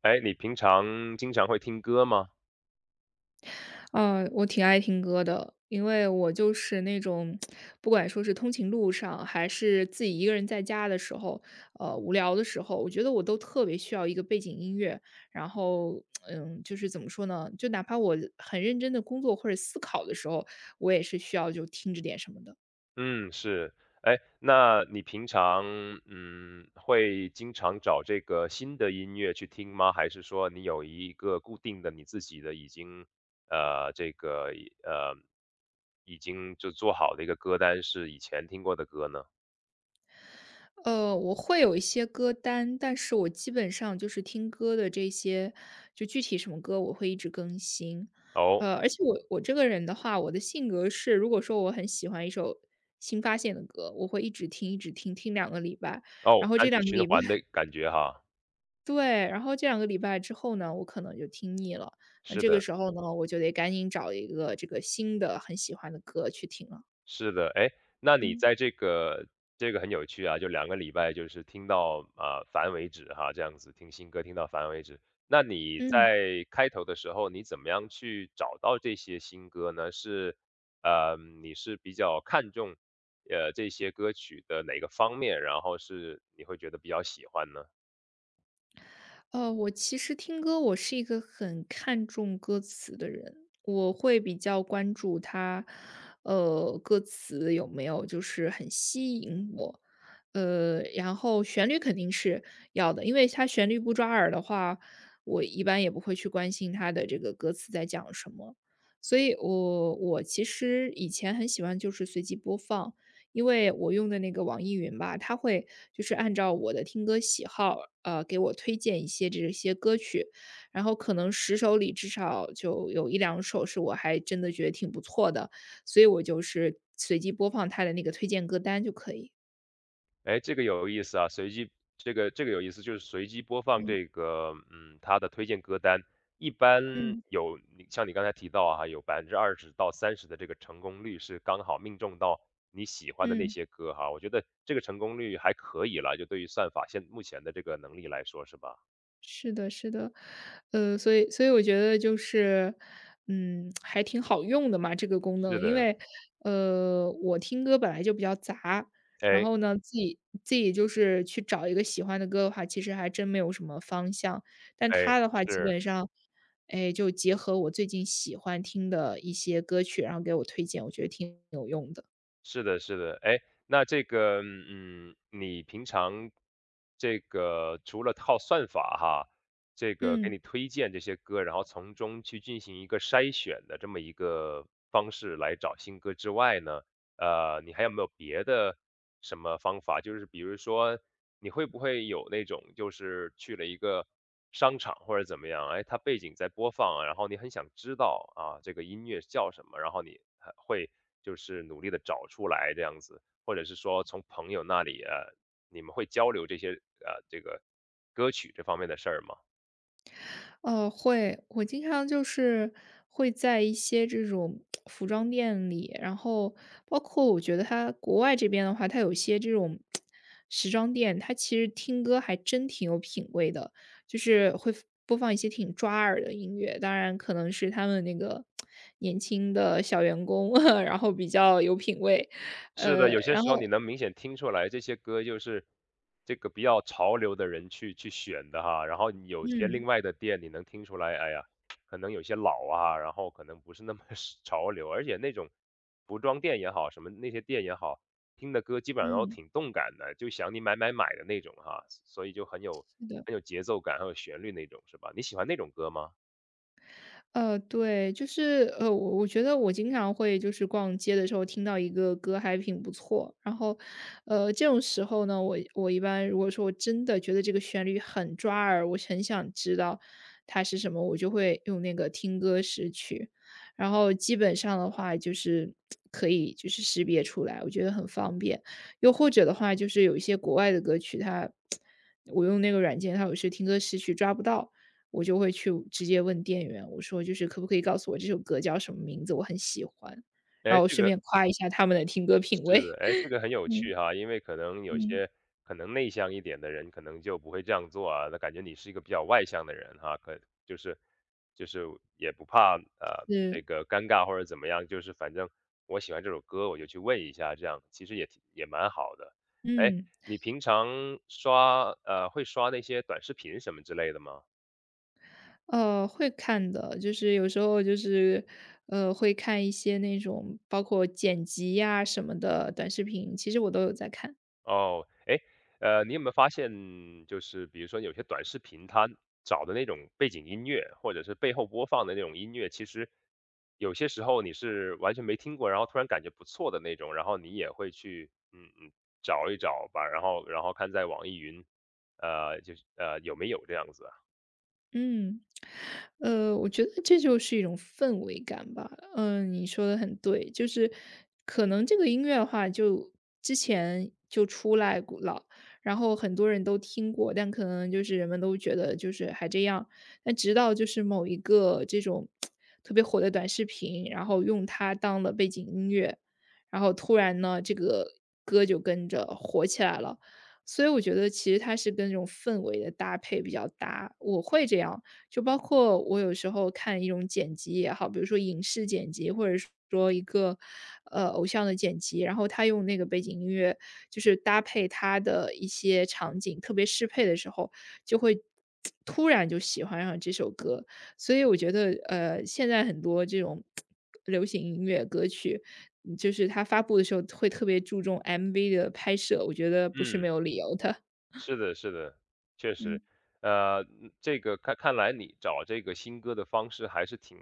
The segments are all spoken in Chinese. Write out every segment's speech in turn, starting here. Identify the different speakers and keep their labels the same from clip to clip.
Speaker 1: 哎，你平常经常会听歌吗？
Speaker 2: 嗯，我挺爱听歌的，因为我就是那种，不管说是通勤路上，还是自己一个人在家的时候，无聊的时候，我觉得我都特别需要一个背景音乐。然后，就是怎么说呢，就哪怕我很认真的工作或者思考的时候，我也是需要就听着点什么的。
Speaker 1: 嗯，是。哎，那你平常会经常找这个新的音乐去听吗？还是说你有一个固定的你自己的已经呃这个呃已经就做好的一个歌单是以前听过的歌呢？
Speaker 2: 我会有一些歌单，但是我基本上就是听歌的这些，就具体什么歌我会一直更新。
Speaker 1: 哦
Speaker 2: 而且我这个人的话，我的性格是，如果说我很喜欢一首新发现的歌，我会一直听，一直听，听两个礼拜，然
Speaker 1: 哦，
Speaker 2: 后
Speaker 1: 单
Speaker 2: 这
Speaker 1: 曲
Speaker 2: 两个
Speaker 1: 循
Speaker 2: 礼拜，
Speaker 1: 环的 感觉哈，
Speaker 2: 对，然后这两个礼拜之后呢，我可能就听腻了，那
Speaker 1: 是
Speaker 2: 这个
Speaker 1: 的。
Speaker 2: 时候呢，我就得赶紧找一个这个新的很喜欢的歌去听了。
Speaker 1: 是的，哎，那你
Speaker 2: 嗯。
Speaker 1: 在这个很有趣啊，就2个礼拜就是听到，啊，烦为止哈，这样子听新歌听到烦为止。那你
Speaker 2: 嗯。
Speaker 1: 在开头的时候，你怎么样去找到这些新歌呢？是，呃，你是比较看重，这些歌曲的哪个方面，然后是你会觉得比较喜欢呢？
Speaker 2: 我其实听歌，我是一个很看重歌词的人，我会比较关注它，歌词有没有就是很吸引我，然后旋律肯定是要的，因为它旋律不抓耳的话，我一般也不会去关心它的这个歌词在讲什么，所以我其实以前很喜欢就是随机播放，因为我用的那个网易云吧，它会就是按照我的听歌喜好，给我推荐一些这些歌曲，然后可能10首里至少就有一两首是我还真的觉得挺不错的，所以我就是随机播放它的那个推荐歌单就可以。
Speaker 1: 哎，这个有意思啊，这个有意思，就是随机播放
Speaker 2: 嗯。
Speaker 1: 这个，嗯，它的推荐歌单，一般
Speaker 2: 嗯
Speaker 1: 你刚才提到啊，有20%到30%的这个成功率是刚好命中到你喜欢的那
Speaker 2: 嗯。
Speaker 1: 些歌哈，我觉得这个成功率还可以了，就对于算法现目前的这个能力来说是吧？
Speaker 2: 是的，是的，所以我觉得就是，还挺好用的嘛，这个功
Speaker 1: 是
Speaker 2: 能。因
Speaker 1: 的，
Speaker 2: 为，我听歌本来就比较杂，然
Speaker 1: 哎，
Speaker 2: 后呢，自己就是去找一个喜欢的歌的话，其实还真没有什么方向。但
Speaker 1: 哎，
Speaker 2: 它的话基
Speaker 1: 是。
Speaker 2: 本上，哎，就结合我最近喜欢听的一些歌曲，然后给我推荐，我觉得挺有用的。
Speaker 1: 是的，是的，哎，那这个，嗯，你平常除了靠算法哈，这个给
Speaker 2: 嗯。
Speaker 1: 你推荐这些歌，然后从中去进行一个筛选的这么一个方式来找新歌之外呢，你还有没有别的什么方法？就是比如说，你会不会有那种就是去了一个商场或者怎么样，哎，它背景在播放啊，然后你很想知道啊，这个音乐叫什么，然后你会就是努力的找出来这样子，或者是说从朋友那里你们会交流这些呃这个歌曲这方面的事儿吗？
Speaker 2: 会，我经常就是会在一些这种服装店里，然后包括我觉得它国外这边的话，它有一些这种时装店，它其实听歌还真挺有品位的，就是会 播放一些挺抓耳的音乐。当然，可能是他们那个年轻的小员工，然后比较有品位。
Speaker 1: 是的，
Speaker 2: 呃，
Speaker 1: 有些
Speaker 2: 然
Speaker 1: 时候
Speaker 2: 后，
Speaker 1: 你能明显听出来，这些歌就是这个比较潮流的人去选的哈。然后有些另
Speaker 2: 嗯
Speaker 1: 外的店，你能听出来，哎呀，可能有些老啊，然后可能不是那么 是潮流，而且那种服装店也好，什么那些店也好，听的歌基本上都
Speaker 2: 嗯，
Speaker 1: 挺动感的，就想你买买买的那种哈，所以就很有
Speaker 2: 是的。
Speaker 1: 很有节奏感，很有旋律那种，是吧？你喜欢那种歌吗？
Speaker 2: 对，我觉得我经常会就是逛街的时候听到一个歌还挺不错，然后，这种时候呢，我一般如果说我真的觉得这个旋律很抓耳，我很想知道它是什么，我就会用那个听歌识曲，然后基本上的话就是可以就是识别出来，我觉得很方便。又或者的话，就是有一些国外的歌曲它，我用那个软件，它有时听歌识曲抓不到。我就会去直接问店员，我说就是可不可以告诉我这首歌叫什么名字，我很喜欢。然
Speaker 1: 哎，
Speaker 2: 后我
Speaker 1: 这
Speaker 2: 顺
Speaker 1: 个
Speaker 2: 便夸一下他们的听歌品
Speaker 1: 是的，
Speaker 2: 味。
Speaker 1: 哎，这个 很有
Speaker 2: 嗯，
Speaker 1: 趣哈，因为可能有
Speaker 2: 嗯，
Speaker 1: 些可能内向一点的人，可能就不会这样做啊。那感觉你是一个比较外向的人哈，就是就是也不怕那
Speaker 2: 是，
Speaker 1: 个尴尬或者怎么样，就是反正我喜欢这首歌，我就去问一下，这样其实也蛮好的。哎，
Speaker 2: 嗯，
Speaker 1: 你平常会刷那些短视频什么之类的吗？
Speaker 2: 会看的，就是有时候就是，会看一些那种包括剪辑呀什么的短视频，其实我都有在看。
Speaker 1: 哦，哎，你有没有发现，就是比如说有些短视频，它找的那种背景音乐，或者是背后播放的那种音乐，其实有些时候你是完全没听过，然后突然感觉不错的那种，然后你也会去，嗯嗯，找一找吧，然后看在网易云，就是有没有这样子啊？
Speaker 2: 嗯，我觉得这就是一种氛围感吧。嗯，你说的很对，就是可能这个音乐的话，就之前就出来过了，然后很多人都听过，但可能就是人们都觉得就是还这样。但直到就是某一个这种特别火的短视频，然后用它当了背景音乐，然后突然呢，这个歌就跟着火起来了。所以我觉得其实它是跟那种氛围的搭配比较搭，我会这样。就包括我有时候看一种剪辑也好，比如说影视剪辑，或者是说一个偶像的剪辑，然后他用那个背景音乐，就是搭配他的一些场景，特别适配的时候，就会 突然就喜欢上这首歌。所以我觉得，现在很多这种流行音乐歌曲，就是它发布的时候会特别注重 MV 的拍摄，我觉得不是没
Speaker 1: 嗯。
Speaker 2: 有理由的。
Speaker 1: 是的，是的，确
Speaker 2: 嗯，
Speaker 1: 实，这个看来你找这个新歌的方式还是挺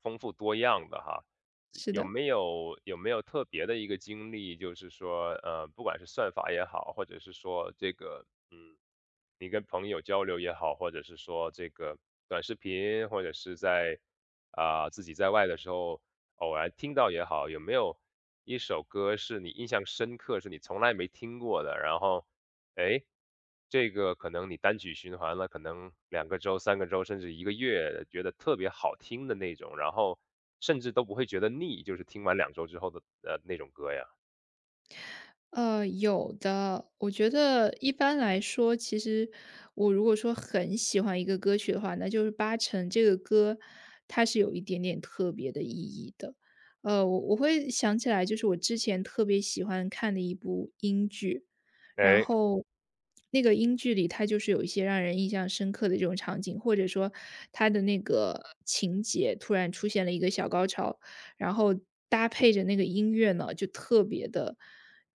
Speaker 1: 丰富多样的哈。
Speaker 2: 是的。
Speaker 1: 有没有特别的一个经历，就是说，不管是算法也好，或者是说这个，嗯，你跟朋友交流也好，或者是说这个短视频，或者是在啊、自己在外的时候偶然听到也好，有没有一首歌是你印象深刻，是你从来没听过的，然后哎，这个可能你单曲循环了，可能2个周、3个周，甚至1个月，觉得特别好听的那种，然后甚至都不会觉得腻，就是听完2周之后的，那种歌呀。
Speaker 2: 有的，我觉得一般来说，其实我如果说很喜欢一个歌曲的话，那就是八成这个歌它是有一点点特别的意义的。我会想起来，就是我之前特别喜欢看的一部英剧，然
Speaker 1: 哎，
Speaker 2: 后那个英剧里，它就是有一些让人印象深刻的这种场景，或者说它的那个情节突然出现了一个小高潮，然后搭配着那个音乐呢，就特别的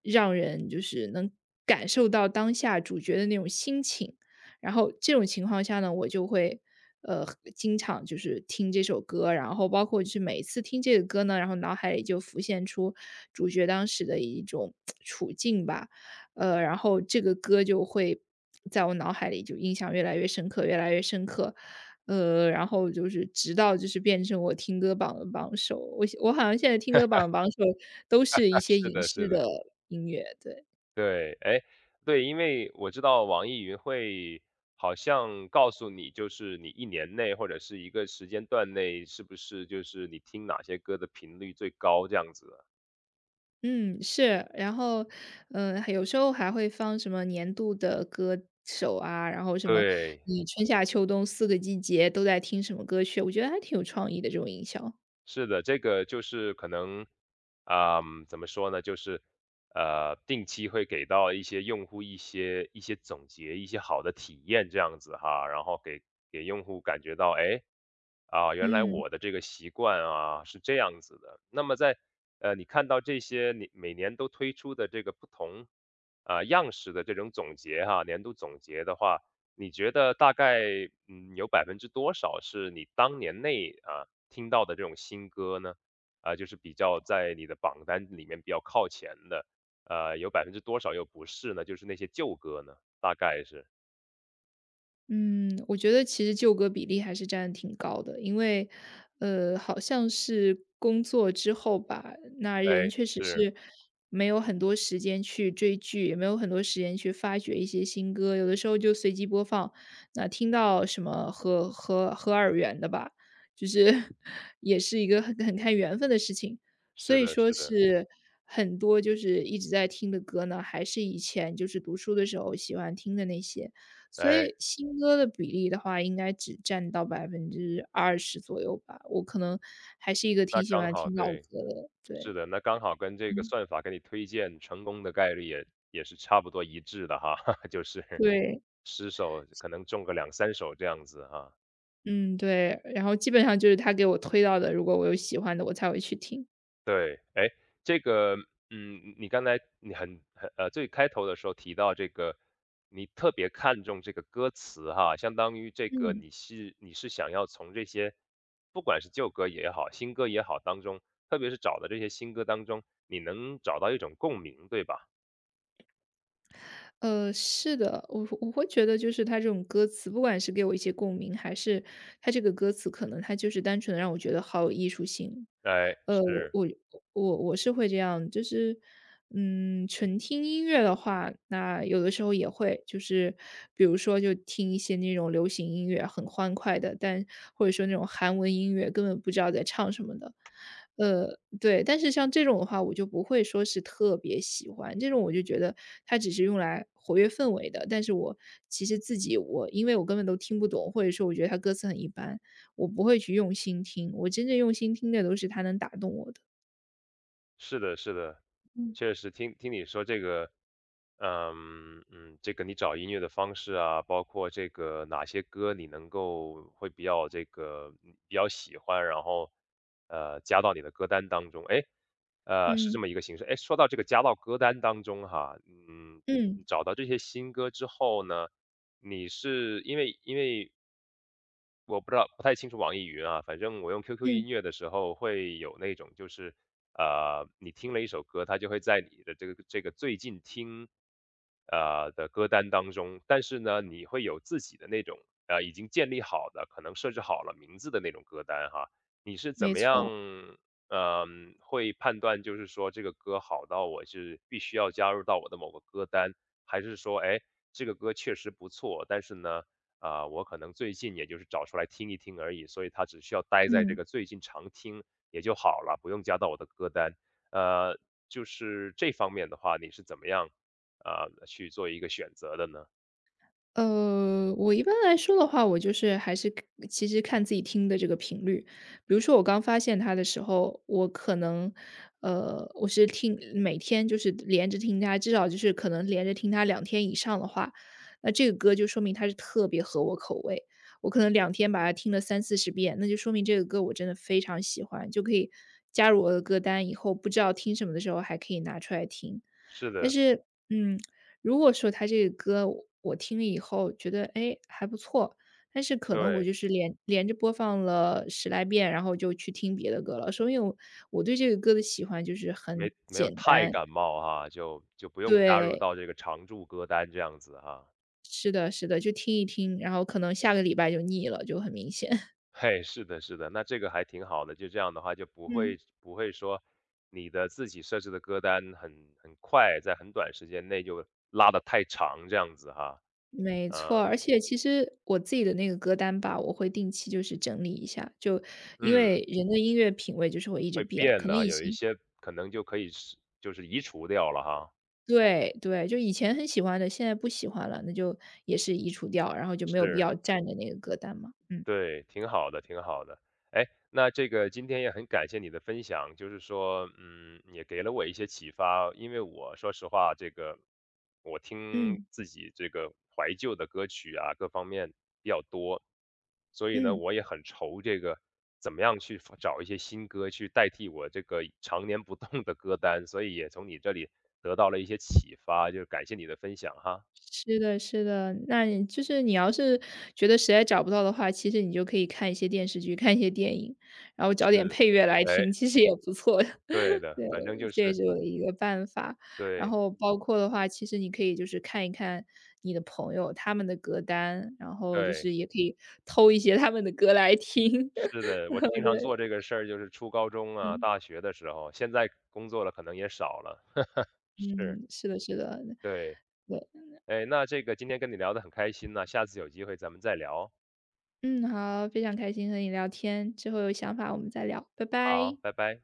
Speaker 2: 让人就是能感受到当下主角的那种心情。然后这种情况下呢，我就会呃经常就是听这首歌，然后包括就是每次听这个歌呢，然后脑海里就浮现出主角当时的一种 处境吧。然后这个歌就会在我脑海里就印象越来越深刻，越来越深刻。然后就是直到就是变成我听歌榜的榜首，我好像现在听歌榜的榜首都是一 些
Speaker 1: 是
Speaker 2: 影
Speaker 1: 的
Speaker 2: 视
Speaker 1: 是的，
Speaker 2: 的音乐，对。
Speaker 1: 对，哎，对，因为我知道网易云会好像告诉你，就是你1年内或者是一个时间段内，是不是就是你听哪些歌的频率最高这样子的。
Speaker 2: 嗯，是，然后，还有时候还会放什么年度的歌手啊，然后什么
Speaker 1: 对。
Speaker 2: 你春夏秋冬4个季节都在听什么歌曲，我觉得还挺有创意的这种营销。
Speaker 1: 是的，这个就是可能，嗯，怎么说呢？就是定期会给到一些用户一些一些总结，一些好的体验这样子哈，然后给用户感觉到，哎，啊，原来
Speaker 2: 嗯。
Speaker 1: 我的这个习惯啊是这样子的。那么在你看到这些你每年都推出的这个不同啊、样式的这种总结哈，年度总结的话，你觉得大概，嗯，有百分之多少是你当年内啊听到的这种新歌呢？啊，就是比较在你的榜单里面比较靠前的，有百分之多少又不是呢？就是那些旧歌呢？大概是，
Speaker 2: 嗯，我觉得其实旧歌比例还是占得挺高的，因为，好像是工作之后吧，那人
Speaker 1: 哎，
Speaker 2: 确实
Speaker 1: 是，
Speaker 2: 是没有很多时间去追剧，也没有很多时间去发掘一些新歌，有的时候就随机播放，那听到什么合耳缘的吧，就是 也是一个很看缘分的事情，所
Speaker 1: 是
Speaker 2: 以
Speaker 1: 的，
Speaker 2: 说
Speaker 1: 是的，
Speaker 2: 是很多就是一直在听的歌呢，还是以前就是读书的时候喜欢听的那些。所
Speaker 1: 哎，
Speaker 2: 以新歌的比例的话，应该只占到20%左右吧，我可能还是一个
Speaker 1: 那
Speaker 2: 挺喜
Speaker 1: 刚
Speaker 2: 欢
Speaker 1: 好，
Speaker 2: 听老
Speaker 1: 对，
Speaker 2: 歌的，对，
Speaker 1: 是的，那刚好跟这个
Speaker 2: 嗯，
Speaker 1: 算法给你推荐成功的概率也是差不多一致的哈，就是
Speaker 2: 对，
Speaker 1: 10首可能中个2、3首这样子哈。
Speaker 2: 嗯，对，然后基本上就是他给我推到的，如果我有喜欢的，我才会去听。
Speaker 1: 对，哎，这个，嗯，你刚才你最开头的时候提到这个，你特别看重这个歌词哈，相当于这个
Speaker 2: 嗯，
Speaker 1: 你是想要从这些，不管是旧歌也好，新歌也好当中，特别是找的这些新歌当中，你能找到一种共鸣，对吧？
Speaker 2: 是的，我会觉得就是他这种歌词，不管是给我一些共鸣，还是他这个歌词可能他就是单纯的让我觉得好有艺术性。
Speaker 1: 哎，
Speaker 2: 呃，
Speaker 1: 是。
Speaker 2: 我我是会这样，就是纯听音乐的话，那有的时候也会，就是比如说就听一些那种流行音乐，很欢快的，但或者说那种韩文音乐，根本不知道在唱什么的。对，但是像这种的话，我就不会说是特别喜欢，这种我就觉得它只是用来活跃氛围的，但是我其实自己我因为我根本都听不懂，或者说我觉得它歌词很一般，我不会去用心听，我真正用心听的都是它能打动我的。
Speaker 1: 是的，是的，
Speaker 2: 嗯。
Speaker 1: 确实听你说这个，嗯嗯，这个你找音乐的方式啊，包括这个哪些歌你能够会比较这个比较喜欢，然后加到你的歌单当中，哎，是这
Speaker 2: 嗯
Speaker 1: 么一个形式。哎，说到这个加到歌单当中哈，嗯，
Speaker 2: 嗯
Speaker 1: 你找到这些新歌之后呢，你是因为我不知道，不太清楚网易云啊，反正我用 QQ
Speaker 2: 嗯。
Speaker 1: 音乐的时候会有那种就是，你听了一首歌，它就会在你的这个最近听，的歌单当中，但是呢，你会有自己的那种已经建立好的，可能设置好了名字的那种歌单哈。你是怎
Speaker 2: 没
Speaker 1: 么
Speaker 2: 错，
Speaker 1: 样，会判断就是说这个歌好到我是必须要加入到我的某个歌单，还是说，哎，这个歌确实不错，但是呢，啊，我可能最近也就是找出来听一听而已，所以它只需要待在这
Speaker 2: 嗯，
Speaker 1: 个最近常听也就好了，不用加到我的歌单。呃，就是这方面的话，你是怎么样，啊去做一个选择的呢？
Speaker 2: 我一般来说的话，我就是还是看其实看自己听的这个频率。比如说我刚发现它的时候，我可能，我是听每天就是连着听它，至少就是可能连着听它两天以上的话，那这个歌就说明它是特别合我口味。我可能两天把它听了三四十遍，那就说明这个歌我真的非常喜欢，就可以加入我的歌单，以后不知道听什么的时候还可以拿出来听。
Speaker 1: 是
Speaker 2: 但
Speaker 1: 的，
Speaker 2: 是，如果说他这个歌我听了以后觉得，哎还不错，但是可
Speaker 1: 各
Speaker 2: 能我
Speaker 1: 位
Speaker 2: 就是连着播放了10来遍，然后就去听别的歌了。说明我对这个歌的喜欢就是很
Speaker 1: 没没有
Speaker 2: 简
Speaker 1: 太
Speaker 2: 单
Speaker 1: 感冒哈，就不用加入
Speaker 2: 对，
Speaker 1: 到这个常驻歌单这样子哈。
Speaker 2: 是的是的，就听一听，然后可能下个礼拜就腻了，就很明显。
Speaker 1: 嘿，是的，是的，那这个还挺好的，就这样的话就
Speaker 2: 嗯，
Speaker 1: 不会说你的自己设置的歌单很快，在很短时间内就拉得太长这样子哈。
Speaker 2: 没错，
Speaker 1: 呃，
Speaker 2: 而且其实我自己的那个歌单吧，我会定期就是整理一下，就因
Speaker 1: 嗯，
Speaker 2: 为人的音乐品味就是会一直
Speaker 1: 会
Speaker 2: 变，
Speaker 1: 变
Speaker 2: 可能
Speaker 1: 的，
Speaker 2: 以
Speaker 1: 有一
Speaker 2: 前
Speaker 1: 些可能就可以是就是移除掉了哈，
Speaker 2: 对对，就以前很喜欢的，现在不喜欢了，那就也是移除掉，然后就没有必
Speaker 1: 是。
Speaker 2: 要占着那个歌单嘛。嗯
Speaker 1: 对，挺好的，挺好的。哎，那这个今天也很感谢你的分享，就是说，嗯，也给了我一些启发。因为我说实话，这个我听
Speaker 2: 嗯
Speaker 1: 自己这个怀旧的歌曲啊，各方面比较多，所以呢，
Speaker 2: 嗯，
Speaker 1: 我也很愁这个怎么样去找一些新歌去代替我这个常年不动的歌单。所以也从你这里得到了一些启发，就是感谢你的分享哈。
Speaker 2: 是的是的。那你就是你要是觉得实在找不到的话，其实你就可以看一些电视剧，看一些电影，然后找点
Speaker 1: 是，
Speaker 2: 配乐来
Speaker 1: 哎，
Speaker 2: 听，其实也不错的。
Speaker 1: 对 的，
Speaker 2: 对，
Speaker 1: 反正就
Speaker 2: 这也
Speaker 1: 是
Speaker 2: 是我的一个办法。然
Speaker 1: 对
Speaker 2: 后包括的话，其实你可以就是看一看你的朋友他们的歌单，然后就
Speaker 1: 对。
Speaker 2: 是也可以偷一些他们的歌来听。
Speaker 1: 是 的，我经常做这
Speaker 2: 对。
Speaker 1: 个事儿，就是初高中啊、
Speaker 2: 嗯
Speaker 1: 大学的时候，现在工作了可能也少了。是，
Speaker 2: 嗯，是的，是的，
Speaker 1: 对，
Speaker 2: 对，
Speaker 1: 哎，那这个今天跟你聊得很开心呢，下次有机会咱们再聊。
Speaker 2: 嗯，好，非常开心和你聊天，之后有想法我们再聊，拜拜。
Speaker 1: 好，拜拜。